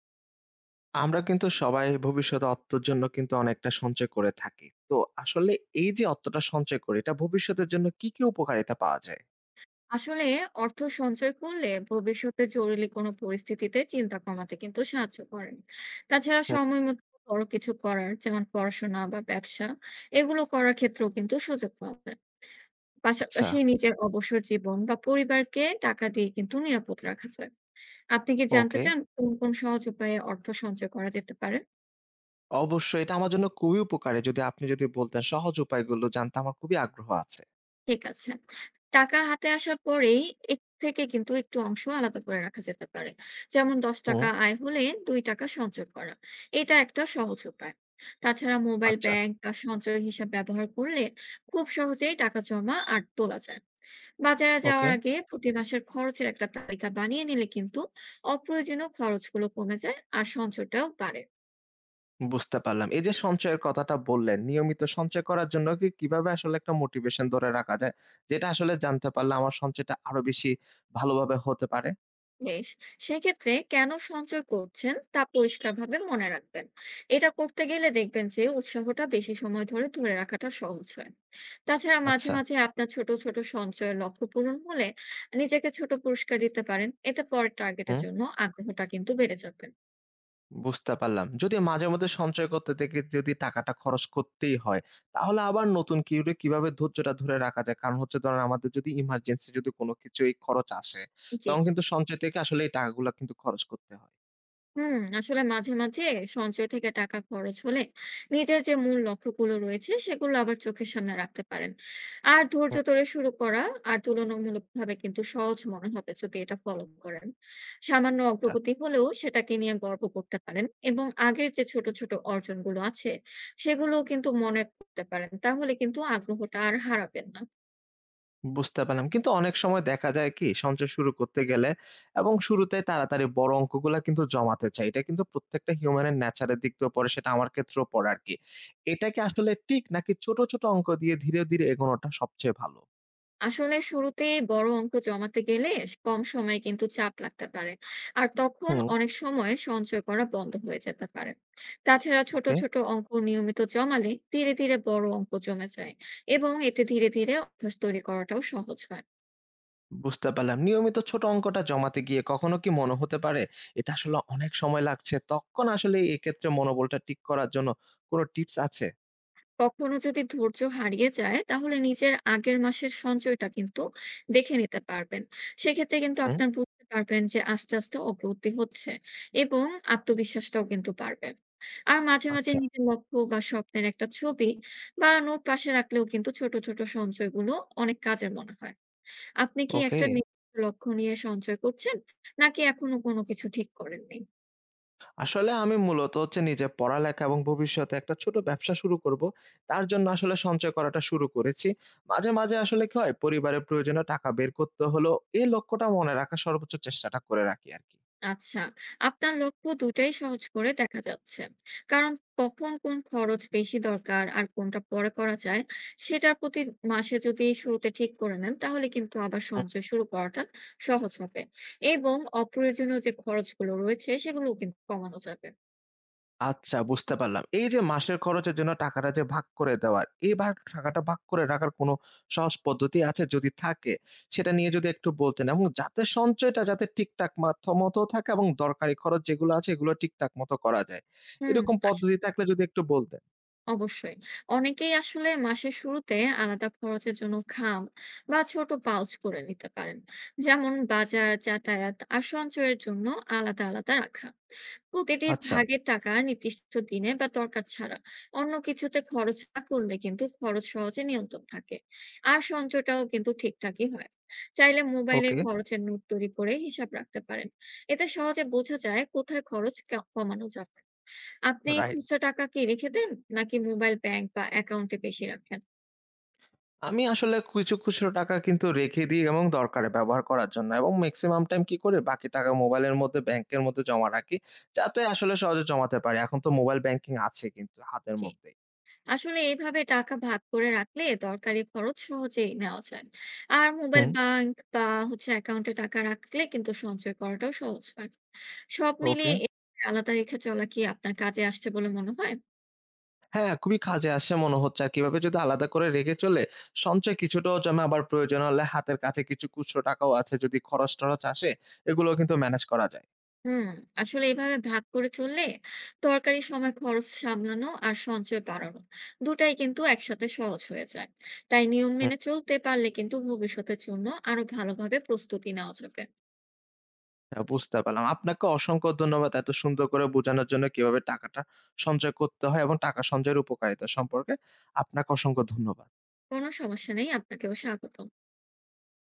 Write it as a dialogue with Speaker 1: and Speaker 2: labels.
Speaker 1: আমরা কিন্তু সবাই ভবিষ্যতে অর্থের জন্য কিন্তু অনেকটা সঞ্চয় করে থাকি। তো আসলে এই যে অর্থটা সঞ্চয় করি, এটা ভবিষ্যতের জন্য কি উপকারিতা পাওয়া যায়?
Speaker 2: আসলে অর্থ সঞ্চয় করলে ভবিষ্যতে জরুরি কোনো পরিস্থিতিতে চিন্তা কমাতে কিন্তু সাহায্য করে। তাছাড়া
Speaker 1: হুম,
Speaker 2: সময় মতো বড় কিছু করার যেমন পড়াশোনা বা ব্যবসা এগুলো করার ক্ষেত্রেও কিন্তু সুযোগ পাওয়া যায়।
Speaker 1: আচ্ছা,
Speaker 2: পাশাপাশি নিজের অবসর জীবন বা পরিবারকে টাকা দিয়ে কিন্তু নিরাপদ রাখা যায়। আপনি কি জানতে
Speaker 1: ওকে।
Speaker 2: চান কোন কোন সহজ উপায়ে অর্থ সঞ্চয় করা যেতে পারে?
Speaker 1: অবশ্যই এটা আমার জন্য খুবই উপকারী। যদি আপনি বলতেন সহজ উপায়গুলো জানতে আমার খুবই আগ্রহ আছে।
Speaker 2: ঠিক আছে। টাকা হাতে আসার পরেই এর থেকে কিন্তু একটু অংশ আলাদা করে রাখা যেতে পারে। যেমন
Speaker 1: হুম,
Speaker 2: ৳১০ আয় হলে ৳২ সঞ্চয় করা। এটা একটা সহজ উপায়। তাছাড়া মোবাইল
Speaker 1: আচ্ছা,
Speaker 2: ব্যাংক বা সঞ্চয় হিসাব ব্যবহার করলে খুব সহজেই টাকা জমা আর তোলা যায়। বাজারে
Speaker 1: ওকে।
Speaker 2: যাওয়ার আগে প্রতি মাসের খরচের একটা তালিকা বানিয়ে নিলে কিন্তু অপ্রয়োজনীয় খরচগুলো কমে যায় আর সঞ্চয়টাও বাড়ে।
Speaker 1: বুঝতে পারলাম। এই যে সঞ্চয়ের কথাটা বললেন, নিয়মিত সঞ্চয় করার জন্য কি কিভাবে আসলে একটা মোটিভেশন ধরে রাখা যায়? যেটা আসলে জানতে পারলে আমার সঞ্চয়টা আরো বেশি ভালোভাবে হতে পারে?
Speaker 2: বেশ, সেক্ষেত্রে কেন সঞ্চয় করছেন তা পরিষ্কারভাবে মনে রাখবেন। এটা করতে গেলে দেখবেন যে উৎসাহটা বেশি সময় ধরে ধরে রাখাটা সহজ হয়। তাছাড়া মাঝে
Speaker 1: আচ্ছা,
Speaker 2: মাঝে আপনার ছোট ছোট সঞ্চয়ের লক্ষ্য পূরণ হলে নিজেকে ছোট পুরস্কার দিতে পারেন। এতে পরের টার্গেটের
Speaker 1: হুম।
Speaker 2: জন্য আগ্রহটা কিন্তু বেড়ে যাবে।
Speaker 1: বুঝতে পারলাম। যদিও মাঝেমধ্যে সঞ্চয় করতে থেকে যদি টাকাটা খরচ করতেই হয়, তাহলে আবার নতুন কিউরে কিভাবে ধৈর্যটা ধরে রাখা যায়? কারণ হচ্ছে ধরেন আমাদের যদি ইমার্জেন্সি কোনো কিছু এই খরচ আসে,
Speaker 2: জি।
Speaker 1: তখন কিন্তু সঞ্চয় থেকে আসলে এই টাকাগুলা কিন্তু খরচ করতে হয়।
Speaker 2: আসলে মাঝে, মাঝে সঞ্চয় থেকে টাকা খরচ হলে নিজের যে মূল লক্ষ্যগুলো রয়েছে সেগুলো আবার চোখের সামনে রাখতে পারেন। আর ধৈর্য
Speaker 1: হুম।
Speaker 2: ধরে শুরু করা আর তুলনামূলকভাবে কিন্তু সহজ মনে হবে যদি এটা ফলো করেন। সামান্য
Speaker 1: টা
Speaker 2: অগ্রগতি হলেও সেটাকে নিয়ে গর্ব করতে পারেন এবং আগের যে ছোট, ছোট অর্জনগুলো আছে সেগুলোও কিন্তু মনে করতে পারেন। তাহলে কিন্তু আগ্রহটা আর হারাবেন না।
Speaker 1: বুঝতে পারলাম। কিন্তু অনেক সময় দেখা যায় কি সঞ্চয় শুরু করতে গেলে এবং শুরুতে তাড়াতাড়ি বড় অঙ্কগুলা কিন্তু জমাতে চাই। এটা কিন্তু প্রত্যেকটা হিউম্যানের ন্যাচারের দিক দিয়েও পড়ে, সেটা আমার ক্ষেত্রেও পড়ে আরকি। এটা কি আসলে ঠিক নাকি ছোট, ছোট অঙ্ক দিয়ে ধীরে, ধীরে এগোনোটা সবচেয়ে ভালো?
Speaker 2: আসলে শুরুতেই বড় অঙ্ক জমাতে গেলে কম সময়ে কিন্তু চাপ লাগতে পারে। আর তখন
Speaker 1: হুম।
Speaker 2: অনেক সময় সঞ্চয় করা বন্ধ হয়ে যেতে পারে। তাছাড়া ছোট
Speaker 1: ওকে,
Speaker 2: ছোট অঙ্ক নিয়মিত জমালে ধীরে ধীরে বড় অঙ্ক জমে যায় এবং এতে ধীরে ধীরে অভ্যাস তৈরি করাটাও সহজ হয়।
Speaker 1: বুঝতে পারলাম। নিয়মিত ছোট অঙ্কটা জমাতে গিয়ে কখনো কি মনে হতে পারে, এটা আসলে অনেক সময় লাগছে। তখন আসলে এক্ষেত্রে মনোবলটা ঠিক করার জন্য কোনো টিপস আছে?
Speaker 2: কখনো যদি ধৈর্য হারিয়ে যায় তাহলে নিজের আগের মাসের সঞ্চয়টা কিন্তু দেখে নিতে পারবেন। সেক্ষেত্রে কিন্তু
Speaker 1: হুম,
Speaker 2: আপনার বুঝতে পারবেন যে আস্তে, আস্তে অগ্রগতি হচ্ছে এবং আত্মবিশ্বাসটাও কিন্তু বাড়বে। আর মাঝে, মাঝে
Speaker 1: আচ্ছা,
Speaker 2: নিজের লক্ষ্য বা স্বপ্নের একটা ছবি বা নোট পাশে রাখলেও কিন্তু ছোট, ছোট সঞ্চয়গুলো অনেক কাজের মনে হয়। আপনি কি
Speaker 1: ওকে।
Speaker 2: একটা নির্দিষ্ট লক্ষ্য নিয়ে সঞ্চয় করছেন? নাকি এখনো কোনো কিছু ঠিক করেননি?
Speaker 1: আসলে আমি মূলত হচ্ছে নিজে পড়ালেখা এবং ভবিষ্যতে একটা ছোট ব্যবসা শুরু করব। তার জন্য আসলে সঞ্চয় করাটা শুরু করেছি। মাঝে, মাঝে আসলে কি হয়, পরিবারের প্রয়োজনে টাকা বের করতে হলেও এই লক্ষ্যটা মনে রাখার সর্বোচ্চ চেষ্টাটা করে রাখি আরকি।
Speaker 2: আচ্ছা, আপনার লক্ষ্য দুটাই সহজ করে দেখা যাচ্ছে। কারণ কখন কোন খরচ বেশি দরকার আর কোনটা পরে করা যায়, সেটার প্রতি মাসে যদি শুরুতে ঠিক করে নেন, তাহলে কিন্তু আবার সঞ্চয় শুরু করাটা সহজ হবে এবং অপ্রয়োজনীয় যে খরচগুলো রয়েছে, সেগুলোও কিন্তু কমানো যাবে।
Speaker 1: আচ্ছা বুঝতে পারলাম। এই যে মাসের খরচের জন্য টাকাটা যে ভাগ করে দেওয়া, এই ভাগ টাকাটা ভাগ করে রাখার কোনো সহজ পদ্ধতি আছে? যদি থাকে সেটা নিয়ে যদি একটু বলতেন এবং যাতে সঞ্চয়টা যাতে ঠিকঠাক মাত্রা মতো থাকে এবং দরকারি খরচ যেগুলো আছে এগুলো ঠিকঠাক মতো করা যায়।
Speaker 2: হুম,
Speaker 1: এরকম
Speaker 2: আস
Speaker 1: পদ্ধতি থাকলে যদি একটু বলতেন।
Speaker 2: অবশ্যই। অনেকেই আসলে মাসের শুরুতে আলাদা খরচের জন্য খাম বা ছোট পাউচ করে নিতে পারেন। যেমন বাজার, যাতায়াত আর সঞ্চয়ের জন্য আলাদা, আলাদা রাখা। প্রতিটি
Speaker 1: আচ্ছা,
Speaker 2: ভাগের টাকা নির্দিষ্ট দিনে বা দরকার ছাড়া অন্য কিছুতে খরচ না করলে কিন্তু খরচ সহজে নিয়ন্ত্রণ থাকে। আর সঞ্চয়টাও কিন্তু ঠিকঠাকই হয়। চাইলে মোবাইলে
Speaker 1: ওকে,
Speaker 2: খরচের নোট তৈরি করে হিসাব রাখতে পারেন। এতে সহজে বোঝা যায় কোথায় খরচ কমানো যাবে। আপনি
Speaker 1: রাইট।
Speaker 2: খুচরা টাকা কি রেখে দেন? নাকি মোবাইল ব্যাংক বা অ্যাকাউন্টে বেশি রাখেন?
Speaker 1: আমি আসলে কিছু, খুচরো টাকা কিন্তু রেখে দিই এবং দরকারে ব্যবহার করার জন্য এবং মেক্সিমাম টাইম কি করি? বাকি টাকা মোবাইলের মধ্যে, ব্যাংকের মধ্যে জমা রাখি। যাতে আসলে সহজে জমাতে পারি। এখন তো মোবাইল ব্যাংকিং আছে কিন্তু হাতের
Speaker 2: জি।
Speaker 1: মধ্যেই।
Speaker 2: আসলে এভাবে টাকা ভাগ করে রাখলে দরকারি খরচ সহজেই নেওয়া যায়। আর মোবাইল
Speaker 1: হুম,
Speaker 2: ব্যাংক বা অ্যাকাউন্টে টাকা রাখলে কিন্তু সঞ্চয় করাটাও সহজ হয়। সব
Speaker 1: ওকে।
Speaker 2: মিলিয়ে এভাবে আলাদা রেখে চলা কি আপনার কাজে আসছে বলে মনে হয়?
Speaker 1: হ্যাঁ, খুবই কাজে আসে মনে হচ্ছে। আর কিভাবে যদি আলাদা করে রেখে চলে, সঞ্চয় কিছুটাও জমে আবার প্রয়োজন হলে হাতের কাছে কিছু খুচরো টাকাও আছে। যদি খরচ-টরচ আসে, এগুলোও কিন্তু মেনেজ করা যায়।
Speaker 2: হুম, আসলে এভাবে ভাগ করে চললে দরকারি সময় খরচ সামলানো আর সঞ্চয় বাড়ানো দুটাই কিন্তু একসাথে সহজ হয়ে যায়। তাই নিয়ম মেনে চলতে পারলে কিন্তু ভবিষ্যতের জন্য আরো ভালোভাবে প্রস্তুতি নেওয়া যাবে।
Speaker 1: হ্যাঁ, বুঝতে পারলাম। আপনাকে অসংখ্য ধন্যবাদ এত সুন্দর করে বোঝানোর জন্য কিভাবে টাকাটা সঞ্চয় করতে হয় এবং টাকা সঞ্চয়ের উপকারিতা সম্পর্কে। আপনাকে অসংখ্য ধন্যবাদ।
Speaker 2: কোনো সমস্যা নেই, আপনাকেও স্বাগত।